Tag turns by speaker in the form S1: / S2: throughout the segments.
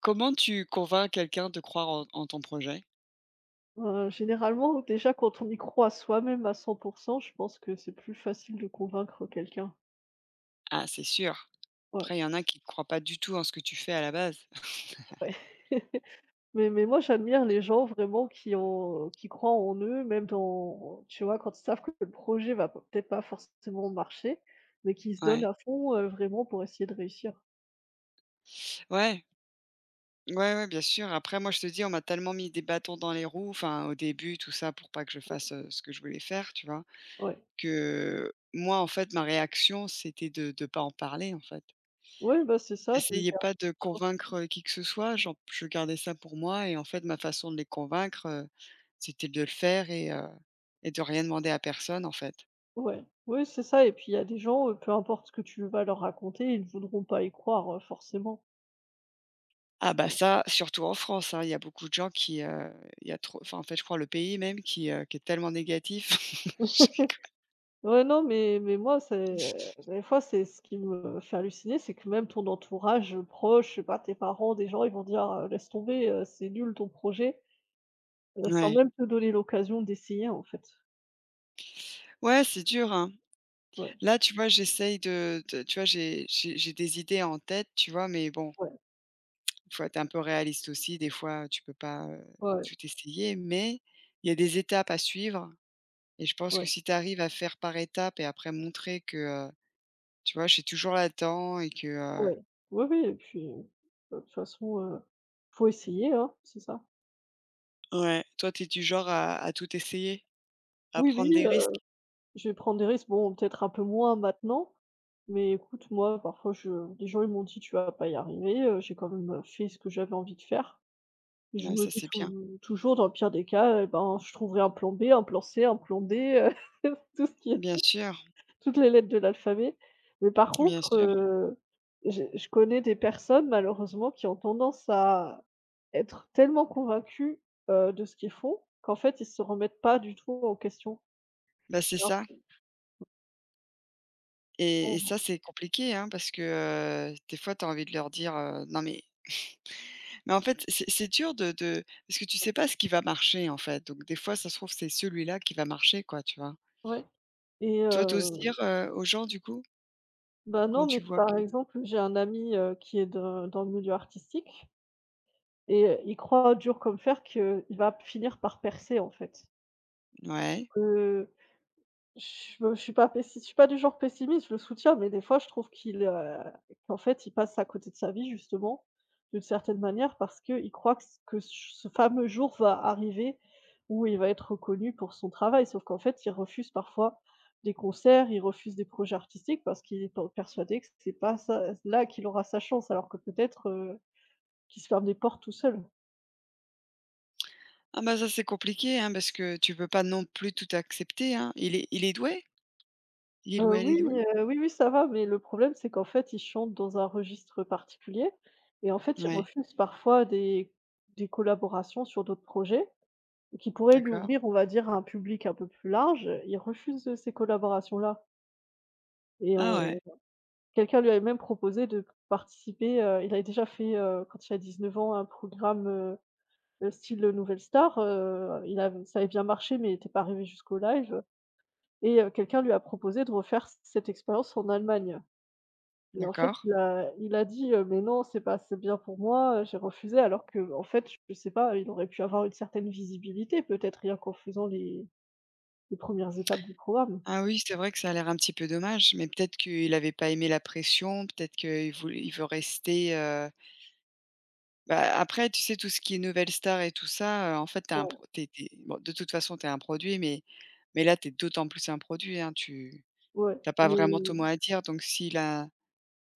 S1: Comment tu convaincs quelqu'un de croire en ton projet?
S2: Généralement, déjà, quand on y croit soi-même à 100%, je pense que c'est plus facile de convaincre quelqu'un.
S1: Ah, c'est sûr.
S2: Ouais,
S1: Après, il y en a qui ne croient pas du tout en ce que tu fais à la base.
S2: ouais. Mais moi, j'admire les gens vraiment qui croient en eux, même dans, tu vois, quand ils savent que le projet va p peut-être pas forcément marcher, mais qui se donnent
S1: Ouais.
S2: à fond, vraiment pour essayer de réussir.
S1: Ouais. Ouais, ouais, bien sûr. Après, moi, je te dis, on m'a tellement mis des bâtons dans les roues, enfin, au début, tout ça, pour pas que je fasse, ce que je voulais faire, tu vois?
S2: Ouais.
S1: Que moi, en fait, ma réaction, c'était de pas en parler, en fait.
S2: Ouais, bah, c'est ça, de
S1: J'essayais pas
S2: garder
S1: de
S2: confiance.
S1: convaincre, qui que ce soit, j'en je gardais ça pour moi et en fait, ma façon de les convaincre, c'était de le faire et et de rien demander à personne, en fait.
S2: Ouais. Oui, c'est ça, et puis il y a des gens, peu importe ce que tu vas leur raconter, ils ne voudront pas y croire, forcément.
S1: Ah bah
S2: Ouais.
S1: ça, surtout en France, hein, il y a beaucoup de gens il y a trop enfin, en fait, je crois le pays même qui est tellement négatif. Je rigole.
S2: Ouais, non, mais moi, c'est des fois, c'est ce qui me fait halluciner, c'est que même ton entourage, proche, je sais pas, tes parents, des gens, ils vont dire: Laisse tomber, c'est nul ton projet», sans
S1: Ouais.
S2: même te donner l'occasion d'essayer, en fait.
S1: Ouais, c'est dur, hein.
S2: Ouais,
S1: Là, tu vois, j'essaye de tu vois, j'ai des idées en tête, tu vois? Mais bon,
S2: ouais,
S1: il faut être un peu réaliste aussi. Des fois, tu peux pas,
S2: ouais,
S1: tout essayer, mais il y a des étapes à suivre et je pense
S2: ouais,
S1: que
S2: ouais.
S1: si tu arrives à faire par étapes et après montrer que, heu, tu vois, je suis toujours là-dedans et
S2: Oui, oui, et puis, de toute façon, faut essayer, hein, c'est ça.
S1: ouais, toi, tu es du genre à tout essayer? À
S2: Oui, oui,
S1: prendre des risques?
S2: je vais prendre des risques. Bon, peut-être un peu moins maintenant, mais écoute, moi, parfois, je des gens, ils m'ont dit: «Tu vas pas y arriver», j'ai quand même, fait ce que j'avais envie de faire. Je
S1: Ouais,
S2: me
S1: ça
S2: dis
S1: c'est bien.
S2: toujours dans le pire des cas, eh ben, je trouverai un plan B, un plan C, un plan D, tout ce qui est
S1: Bien sûr,
S2: toutes les lettres de l'alphabet. Mais par
S1: bien
S2: contre,
S1: sûr.
S2: je connais des personnes malheureusement qui ont tendance à être tellement convaincus, de ce qu'ils font, qu'en fait ils se remettent pas du tout en question.
S1: Bah, c'est
S2: Alors
S1: ça et ça,
S2: on-
S1: c'est compliqué, hein, parce que, des fois, tu as envie de leur dire, «Non mais» mais en fait, c'est dur de parce que tu sais pas ce qui va marcher, en fait, donc des fois, ça se trouve, c'est celui-là qui va marcher, quoi, tu vois?
S2: ouais. Et,
S1: Toi, t'oses dire, aux gens, du coup,
S2: bah,
S1: quand
S2: non, mais
S1: tu vois
S2: par
S1: que
S2: exemple, j'ai un ami, qui est de dans le milieu artistique, et il croit dur comme fer qu'il va finir par percer, en fait.
S1: ouais.
S2: Heu, je suis pas du genre pessimiste, je le soutiens, mais des fois je trouve qu'en fait il passe à côté de sa vie justement, d'une certaine manière parce qu'il croit que ce fameux jour va arriver où il va être reconnu pour son travail. Sauf qu'en fait, il refuse parfois des concerts, il refuse des projets artistiques parce qu'il est pe persuadé que c'est pas ça là qu'il aura sa chance, alors que peut-être, qu'il se ferme des portes tout seul.
S1: Ah bah, ça, c'est compliqué, hein, parce que tu peux pas non plus tout accepter, hein. Il est doué? Il est doué, elle
S2: Oui,
S1: est douée?
S2: oui, oui, ça va, mais le problème, c'est qu'en fait, ils chantent dans un registre particulier, et en fait, ils
S1: Ouais,
S2: refusent parfois des collaborations sur d'autres projets qui pourraient lui
S1: d'accord.
S2: ouvrir, on va dire, à un public un peu plus large. Ils refusent, ces collaborations-là. Et,
S1: Ah ouais,
S2: quelqu'un lui avait même proposé de participer, il avait déjà fait, quand il a 19 ans, un programme, style, Nouvelle Star. Il av Ça avait bien marché, mais il était pas arrivé jusqu'au live, et, quelqu'un lui a proposé de refaire c cette expérience en Allemagne. Et en fait,
S1: d'accord.
S2: il a dit, «Mais non, c'est pas assez bien pour moi», j'ai refusé, alors que en fait, je sais pas, il aurait pu avoir une certaine visibilité, peut-être rien qu'en faisant les premières étapes du programme.
S1: Ah oui, c'est vrai que ça a l'air un petit peu dommage, mais peut-être qu'il n'avait pas aimé la pression, peut-être qu'il voulait il veut rester, bah, après, tu sais, tout ce qui est nouvelle star et tout ça, en fait, t'es un
S2: Ouais,
S1: pro tu es bon, de toute façon, tu es un produit, mais là, tu es d'autant plus un produit, hein.
S2: ouais,
S1: Tu pas
S2: mais
S1: vraiment ton mot à dire, donc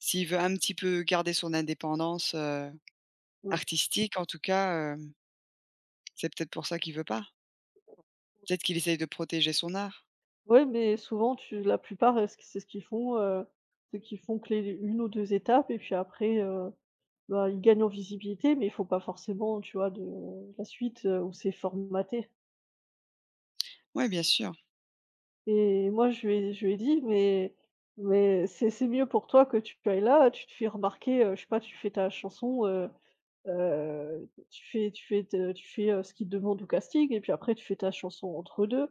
S1: s'il veut un petit peu garder son indépendance,
S2: ouais.
S1: artistique, en tout cas, hem, c'est peut-être pour ça qu'il veut pas. Peut-être qu'il essaye de protéger son art.
S2: Ouais, mais souvent, tu la plupart, ce qu c'est ce qu'ils font, c'est qu'ils font que les une ou 2 étapes et puis après, bah, ils gagnent en visibilité, mais il faut pas forcément, tu vois, de la suite, où c'est formaté.
S1: Ouais, bien sûr,
S2: Et moi, je lui ai dit: Mais c'est mieux pour toi que tu ailles là, tu te fais remarquer, je sais pas, tu fais ta chanson, tu fais, ce qu'ils te demandent au casting, et puis après tu fais ta chanson entre deux.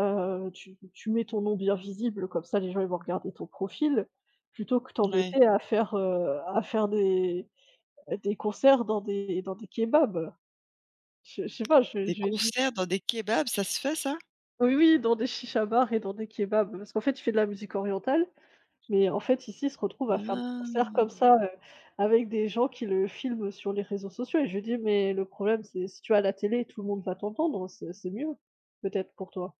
S2: Tu mets ton nom bien visible, comme ça les gens, ils vont regarder ton profil, plutôt que
S1: ouais.
S2: t'embêter à faire des concerts dans des kebabs». Je sais pas, je
S1: Des
S2: je lui ai dit:
S1: concerts dans des kebabs, ça se fait ça?
S2: «Oui, oui, dans des chicha bars et dans des kebabs». Parce qu'en fait, tu fais de la musique orientale. Mais en fait, ici, il se retrouve à faire des concerts comme
S1: Ah!
S2: ça, avec des gens qui le filment sur les réseaux sociaux, et je lui dis: «Mais le problème, c'est si tu as la télé, tout le monde va t'entendre, c'est mieux, peut-être pour toi».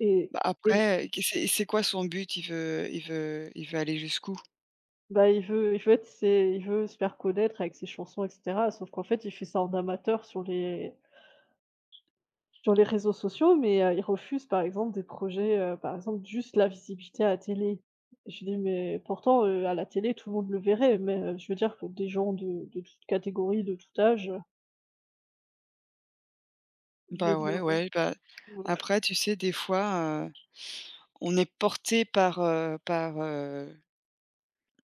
S2: et
S1: Bah,
S2: et
S1: après, que c'est quoi son but? Il veut aller jusqu'où?
S2: bah, il veut se faire connaître avec ses chansons, et cetera, sauf qu'en fait, il fait ça en amateur sur les réseaux sociaux, mais il refuse, par exemple, des projets, par exemple, juste la visibilité à la télé. Je lui dis: «Mais pourtant, à la télé, tout le monde le verrait», mais je veux dire que des gens de toute catégorie, de tout âge. Je
S1: Bah,
S2: veux dire,
S1: ouais,
S2: ouais,
S1: ouais, bah,
S2: ouais,
S1: après, tu sais, des fois, on est porté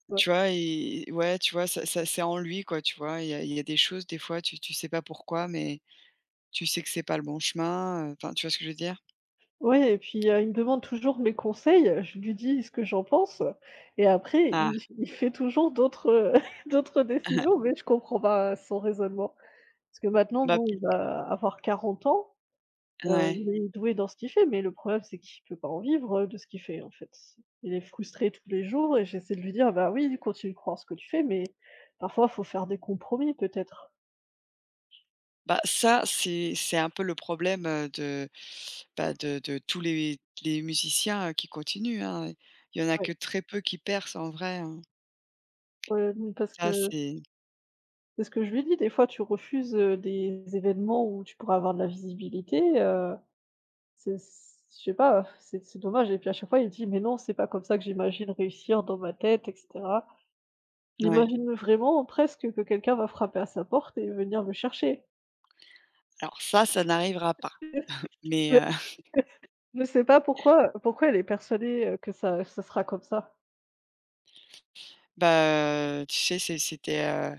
S2: ouais.
S1: tu vois? Et ouais, tu vois? Ça c'est en lui, quoi, tu vois? Il y a des choses, des fois, tu sais pas pourquoi, mais tu sais que c'est pas le bon chemin, enfin, tu vois ce que je veux dire?
S2: Ouais, et puis, il me demande toujours mes conseils, je lui dis ce que j'en pense, et après
S1: Ah!
S2: il fait toujours d'autres, d'autres décisions, mais je comprends pas son raisonnement. Parce que maintenant,
S1: Bah,
S2: bon, il va avoir 40 ans.
S1: ouais.
S2: Il est doué dans ce qu'il fait, mais le problème, c'est qu'il peut pas en vivre, de ce qu'il fait, en fait. Il est frustré tous les jours et j'essaie de lui dire: «Bah oui, continue de croire en ce que tu fais, mais parfois, faut faire des compromis peut-être».
S1: Bah, ça, c'est un peu le problème, bah, de tous les musiciens, qui continuent, hein. Il y en a que
S2: Ouais,
S1: très peu qui percent en vrai, hein.
S2: ouais, mmh. parce
S1: Ça,
S2: que
S1: c'est
S2: C'est ce que je lui dis, des fois tu refuses, des événements où tu pourras avoir de la visibilité, c'est c je sais pas, c'est dommage, et puis à chaque fois il dit: «Mais non, c'est pas comme ça que j'imagine réussir dans ma tête», et cetera. Il
S1: ouais.
S2: imagine vraiment presque que quelqu'un va frapper à sa porte et venir me chercher.
S1: Alors ça n'arrivera pas. Mais,
S2: Je sais pas pourquoi elle est persuadée, que ça ce sera comme ça.
S1: bah, tu sais, c'était,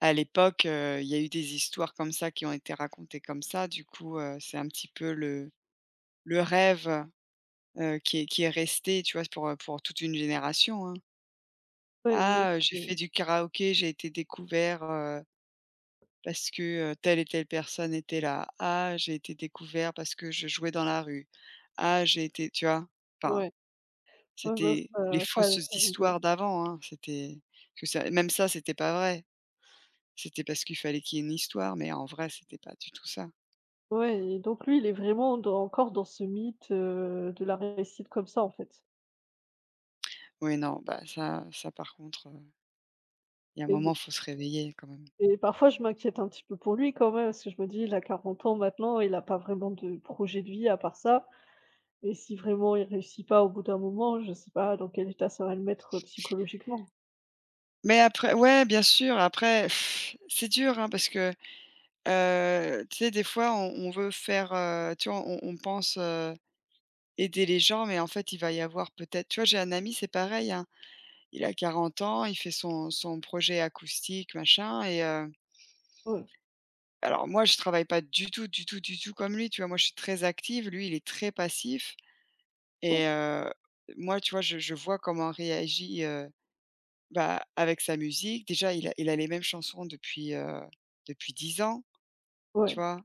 S1: à l'époque, il y a eu des histoires comme ça qui ont été racontées comme ça. Du coup, c'est un petit peu le rêve, qui est resté, tu vois? Pour toute une génération, hein.
S2: Ouais, mais
S1: «Ah, j'ai fait du karaoké, j'ai été découvert, parce que, telle et telle personne était là. Ah, j'ai été découvert parce que je jouais dans la rue. Ah, j'ai été tu vois? Enfin,
S2: ouais, ouais, bah,
S1: c'était les fausses
S2: ça me donne-
S1: histoires d'avant, hein, c'était parce que ça même ça, c'était pas vrai. C'était parce qu'il fallait qu'il y ait une histoire, mais en vrai, c'était pas du tout ça.
S2: ouais, et donc lui, il est vraiment dans encore dans ce mythe, de la réussite comme ça, en fait.
S1: Oui, non, bah, ça par contre, il y a un moment,
S2: Et
S1: faut se réveiller quand même.
S2: Et parfois, je m'inquiète un petit peu pour lui quand même, parce que je me dis: «Il a 40 ans maintenant, il a pas vraiment de projet de vie à part ça», et si vraiment il réussit pas au bout d'un moment, je sais pas dans quel état ça va le mettre, psychologiquement.
S1: Mais après ouais, bien sûr, après pff, c'est dur, hein, parce que, tu sais, des fois, on veut faire, tu vois, on pense, aider les gens, mais en fait, il va y avoir peut-être tu vois, j'ai un ami, c'est pareil, hein, il a 40 ans, il fait son projet acoustique, machin
S2: Ouais.
S1: alors moi, je travaille pas du tout, du tout, du tout comme lui, tu vois? Moi, je suis très active, lui, il est très passif
S2: Mmh.
S1: et heu, moi, tu vois, je vois comment il réagit, bah, avec sa musique. Déjà, il a les mêmes chansons depuis, depuis 10 ans,
S2: Ouais.
S1: tu vois?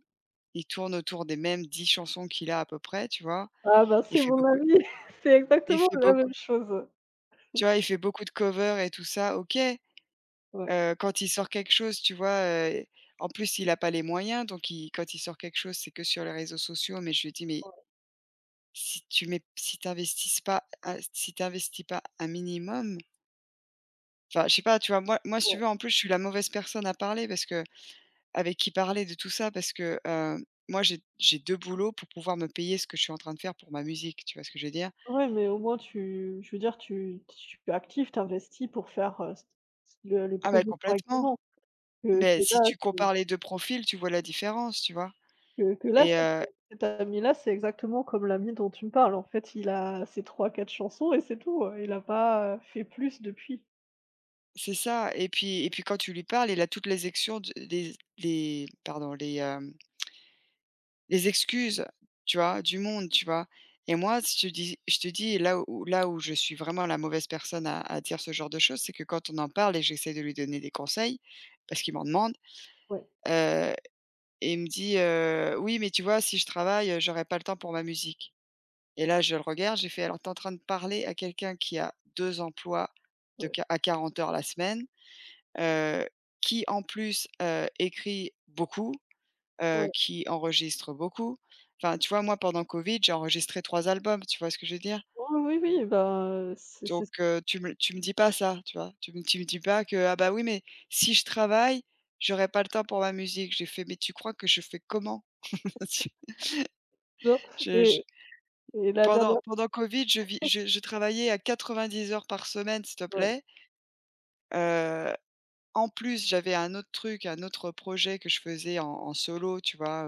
S1: Il tourne autour des mêmes 10 chansons qu'il a à peu près, tu vois?
S2: Ah bah,
S1: Il
S2: c'est
S1: fait
S2: mon
S1: beaucoup
S2: avis, c'est
S1: il
S2: exactement
S1: fait
S2: la
S1: beaucoup
S2: même chose.
S1: tu vois, il fait beaucoup de covers et tout ça, OK.
S2: Ouais,
S1: Quand il sort quelque chose, tu vois, heu, en plus il a pas les moyens donc il quand il sort quelque chose, c'est que sur les réseaux sociaux, mais je lui dis: «Mais
S2: ouais,
S1: si tu pas un si tu investis pas un minimum» enfin je sais pas, tu vois? Moi, si tu
S2: ouais.
S1: veux, en plus, je suis la mauvaise personne à parler parce que avec qui parler de tout ça parce que, moi j'ai 2 boulots pour pouvoir me payer ce que je suis en train de faire pour ma musique, tu vois ce que je veux dire?
S2: Ouais, mais au moins, tu je veux dire, tu es actif, t'investis pour faire, le
S1: Ah, mais
S2: projet
S1: complètement.
S2: correctement, que que
S1: Mais si
S2: là,
S1: tu
S2: c'est
S1: compares les 2 profils, tu vois la différence, tu vois?
S2: que là,
S1: Et
S2: cet ami-là, c'est exactement comme l'ami dont tu me parles. En fait, il a ses trois-quatre chansons et c'est tout, hein. Il n'a pas, fait plus depuis.
S1: c'est ça et puis quand tu lui parles, il a toutes les actions de les pardon, les, hem, les excuses, tu vois, du monde, tu vois? Et moi, si je te dis je te dis là où je suis vraiment la mauvaise personne à dire ce genre de choses, c'est que quand on en parle et j'essaie de lui donner des conseils, parce qu'il m'en demande,
S2: Ouais,
S1: euh, et il me dit, «Oui, mais tu vois, si je travaille, j'aurai pas le temps pour ma musique» et là, je le regarde, j'ai fait: «Alors tu en train de parler à quelqu'un qui a 2 emplois de
S2: ouais,
S1: qua à 40 heures la semaine». Heu, qui en plus, écrit beaucoup,
S2: ouais.
S1: qui enregistre beaucoup. Enfin, tu vois, moi, pendant Covid, j'ai enregistré 3 albums, tu vois ce que je veux dire?
S2: Oui, oui, oui, ben,
S1: Donc
S2: c'est
S1: tu me dis pas ça, tu vois? Tu me dis pas que: «Ah bah, oui, mais si je travaille, j'aurai pas le temps pour ma musique». J'ai fait: «Mais tu crois que je fais comment?»
S2: sûr,
S1: Tu je
S2: et et la
S1: pendant
S2: dernière
S1: Covid, je travaillais à 90 heures par semaine, s'il te
S2: ouais,
S1: plaît. Heu, en plus, j'avais un autre truc, un autre projet que je faisais en solo, tu vois,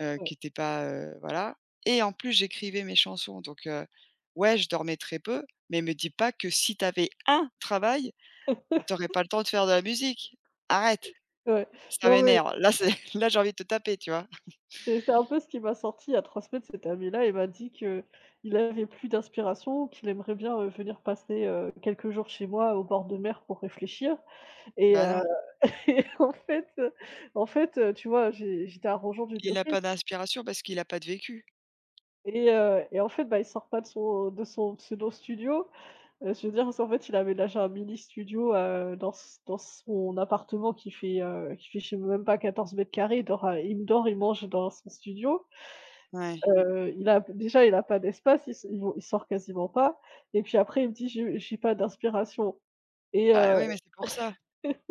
S2: ouais.
S1: qui était pas, voilà et en plus j'écrivais mes chansons donc ouais, je dormais très peu, mais me dis pas que si t'avais un travail, t'aurais pas le temps de faire de la musique. Arrête,
S2: Ouais.
S1: ça
S2: Non, mais
S1: m'énerve. Là, c'est là, j'ai envie de te taper, tu vois?
S2: c'est un peu ce qui m'a sorti il y a 3 semaines, cet ami-là. Il m'a dit que il avait plus d'inspiration, qu'il aimerait bien, venir passer, quelques jours chez moi au bord de mer pour réfléchir et
S1: Bah,
S2: euh,
S1: non,
S2: et en fait, tu vois, j'étais arrangeante, j'ai dit:
S1: il
S2: «OK».
S1: a pas d'inspiration parce qu'il a pas de vécu.
S2: Et en fait, bah, il sort pas de son de son pseudo studio. Je veux dire, parce qu'en fait, il a aménagé un mini studio, dans s dans son appartement qui fait, je sais même pas 14 m². Il dort, il mange dans son studio.
S1: Ouais.
S2: Il a pas d'espace, il s il sort quasiment pas, et puis après, il me dit: J'ai pas d'inspiration» et
S1: Bah,
S2: heu
S1: oui, mais c'est pour ça.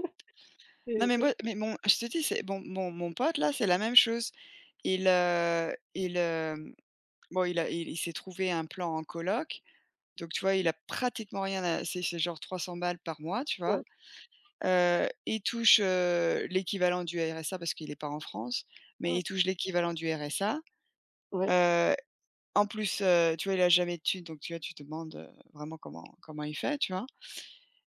S1: Non,
S2: et
S1: mais
S2: et
S1: moi mais mon je te dis, c'est bon mon pote là, c'est la même chose. Il, hem, bon, il s'est trouvé un plan en coloc. Donc tu vois, il a pratiquement rien à c'est genre 300 balles par mois, tu vois?
S2: ouais,
S1: Il touche, l'équivalent du RSA parce qu'il est pas en France, mais
S2: ouais,
S1: il touche l'équivalent du RSA.
S2: ouais.
S1: Heu, en plus, tu vois, il a jamais de thunes, donc tu vois, tu te demandes, vraiment comment il fait, tu vois?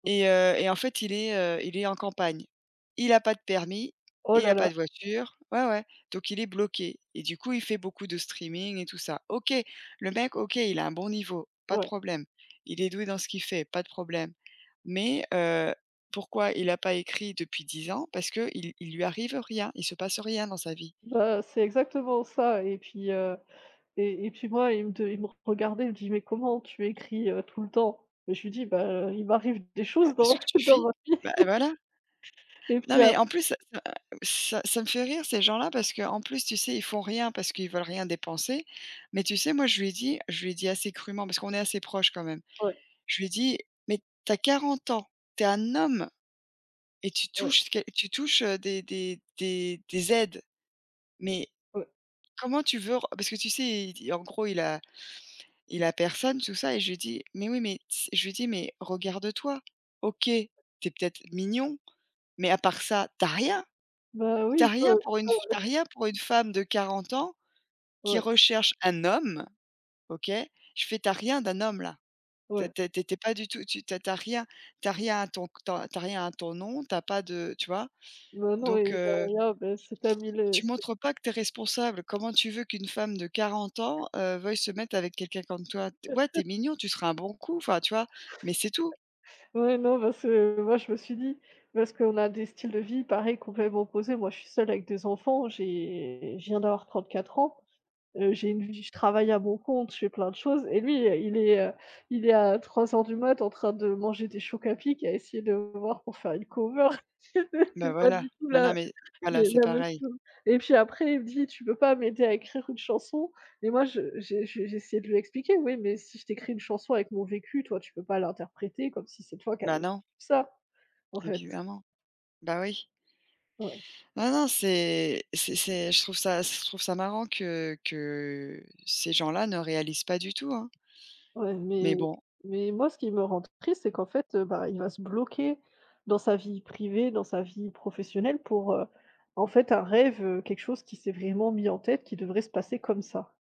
S1: Et en fait, il est en campagne. Il a pas de permis,
S2: Oh
S1: il
S2: là
S1: a
S2: là,
S1: pas de voiture ouais, ouais, donc il est bloqué et du coup, il fait beaucoup de streaming et tout ça. OK, le mec, OK, il a un bon niveau, pas de
S2: ouais.
S1: problème. Il est doué dans ce qu'il fait, pas de problème. Mais pourquoi il a pas écrit depuis 10 ans? Parce qu'il lui arrive rien, il se passe rien dans sa vie.
S2: Bah, c'est exactement ça, et puis moi, il me regardait, il me dit: «Mais comment tu écris, tout le temps?» et je lui dis: «Bah, il m'arrive des choses
S1: Parce
S2: dans
S1: que tu
S2: dans
S1: fuis,
S2: ma»,
S1: bah, voilà.
S2: et
S1: Non
S2: puis après
S1: mais en plus, ça me fait rire ces gens-là parce qu'en plus, tu sais, ils font rien parce qu'ils veulent rien dépenser. Mais tu sais, moi, je lui ai dit assez crûment parce qu'on est assez proches quand même.
S2: ouais,
S1: Je lui ai dit: «Mais t'as 40 ans, t'es un homme et
S2: ouais, ouais.
S1: tu touches, des aides. Mais
S2: Ouais.
S1: comment tu veux re?» parce que tu sais, il en gros, il a personne, tout ça et je lui ai dit: «Mais oui, mais» je lui ai dit: «Mais regarde-toi. OK, t'es peut-être mignon, mais à part ça, t'as rien».
S2: Bah
S1: T'as
S2: oui, quoi,
S1: rien pour une f
S2: ouais,
S1: tu rien pour une femme de 40 ans qui
S2: ouais,
S1: recherche un homme, OK? Je fais: t'as rien d'un homme là.
S2: ouais.
S1: Tu es pas du tout tu t'as as rien t'as tu rien à ton nom, t'as pas de» tu vois?
S2: Bah non,
S1: Donc
S2: et derrière, bah, cet ami le
S1: tu
S2: c'est
S1: montres pas que t'es responsable. Comment tu veux qu'une femme de 40 ans, veuille se mettre avec quelqu'un comme toi? T ouais, t'es mignon, tu seras un bon coup, enfin, tu vois? Mais c'est tout.
S2: ouais, non, parce que moi, je me suis dit, parce qu'on a des styles de vie pareil, complètement opposés. Moi, je suis seule avec des enfants, j'ai je viens d'avoir 34 ans. J'ai une vie, je travaille à mon compte, je fais plein de choses, et lui, il est à 3 heures du mat en train de manger des chocs à pic, à essayer de me voir pour faire une cover.
S1: Bah,
S2: C'est pas
S1: voilà.
S2: du tout
S1: Bah, non, mais voilà, c'est
S2: la même
S1: pareil.
S2: chose, et puis après, il me dit: «Tu peux pas m'aider à écrire une chanson?» et moi, je j'ai essayé de lui expliquer: «Oui, mais si je t'écris une chanson avec mon vécu, toi, tu peux pas l'interpréter comme si c'est toi qui
S1: Bah,
S2: avais
S1: non,
S2: ça, en fait».
S1: évidemment. Bah, oui.
S2: Ouais.
S1: Non, non, c'est je trouve ça marrant que ces gens-là ne réalisent pas du tout, hein.
S2: Ouais,
S1: Mais
S2: mais
S1: bon,
S2: moi, ce qui me rend triste, c'est qu'en fait, bah, il va se bloquer dans sa vie privée, dans sa vie professionnelle pour, en fait, un rêve, quelque chose qui s'est vraiment mis en tête, qui devrait se passer comme ça.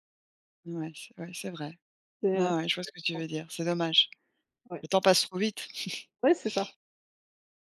S1: ouais, c'est vrai.
S2: C'est,
S1: Ouais, ouais, je vois ce que tu veux dire, c'est dommage.
S2: ouais.
S1: Le temps passe trop vite.
S2: Ouais, c'est ça.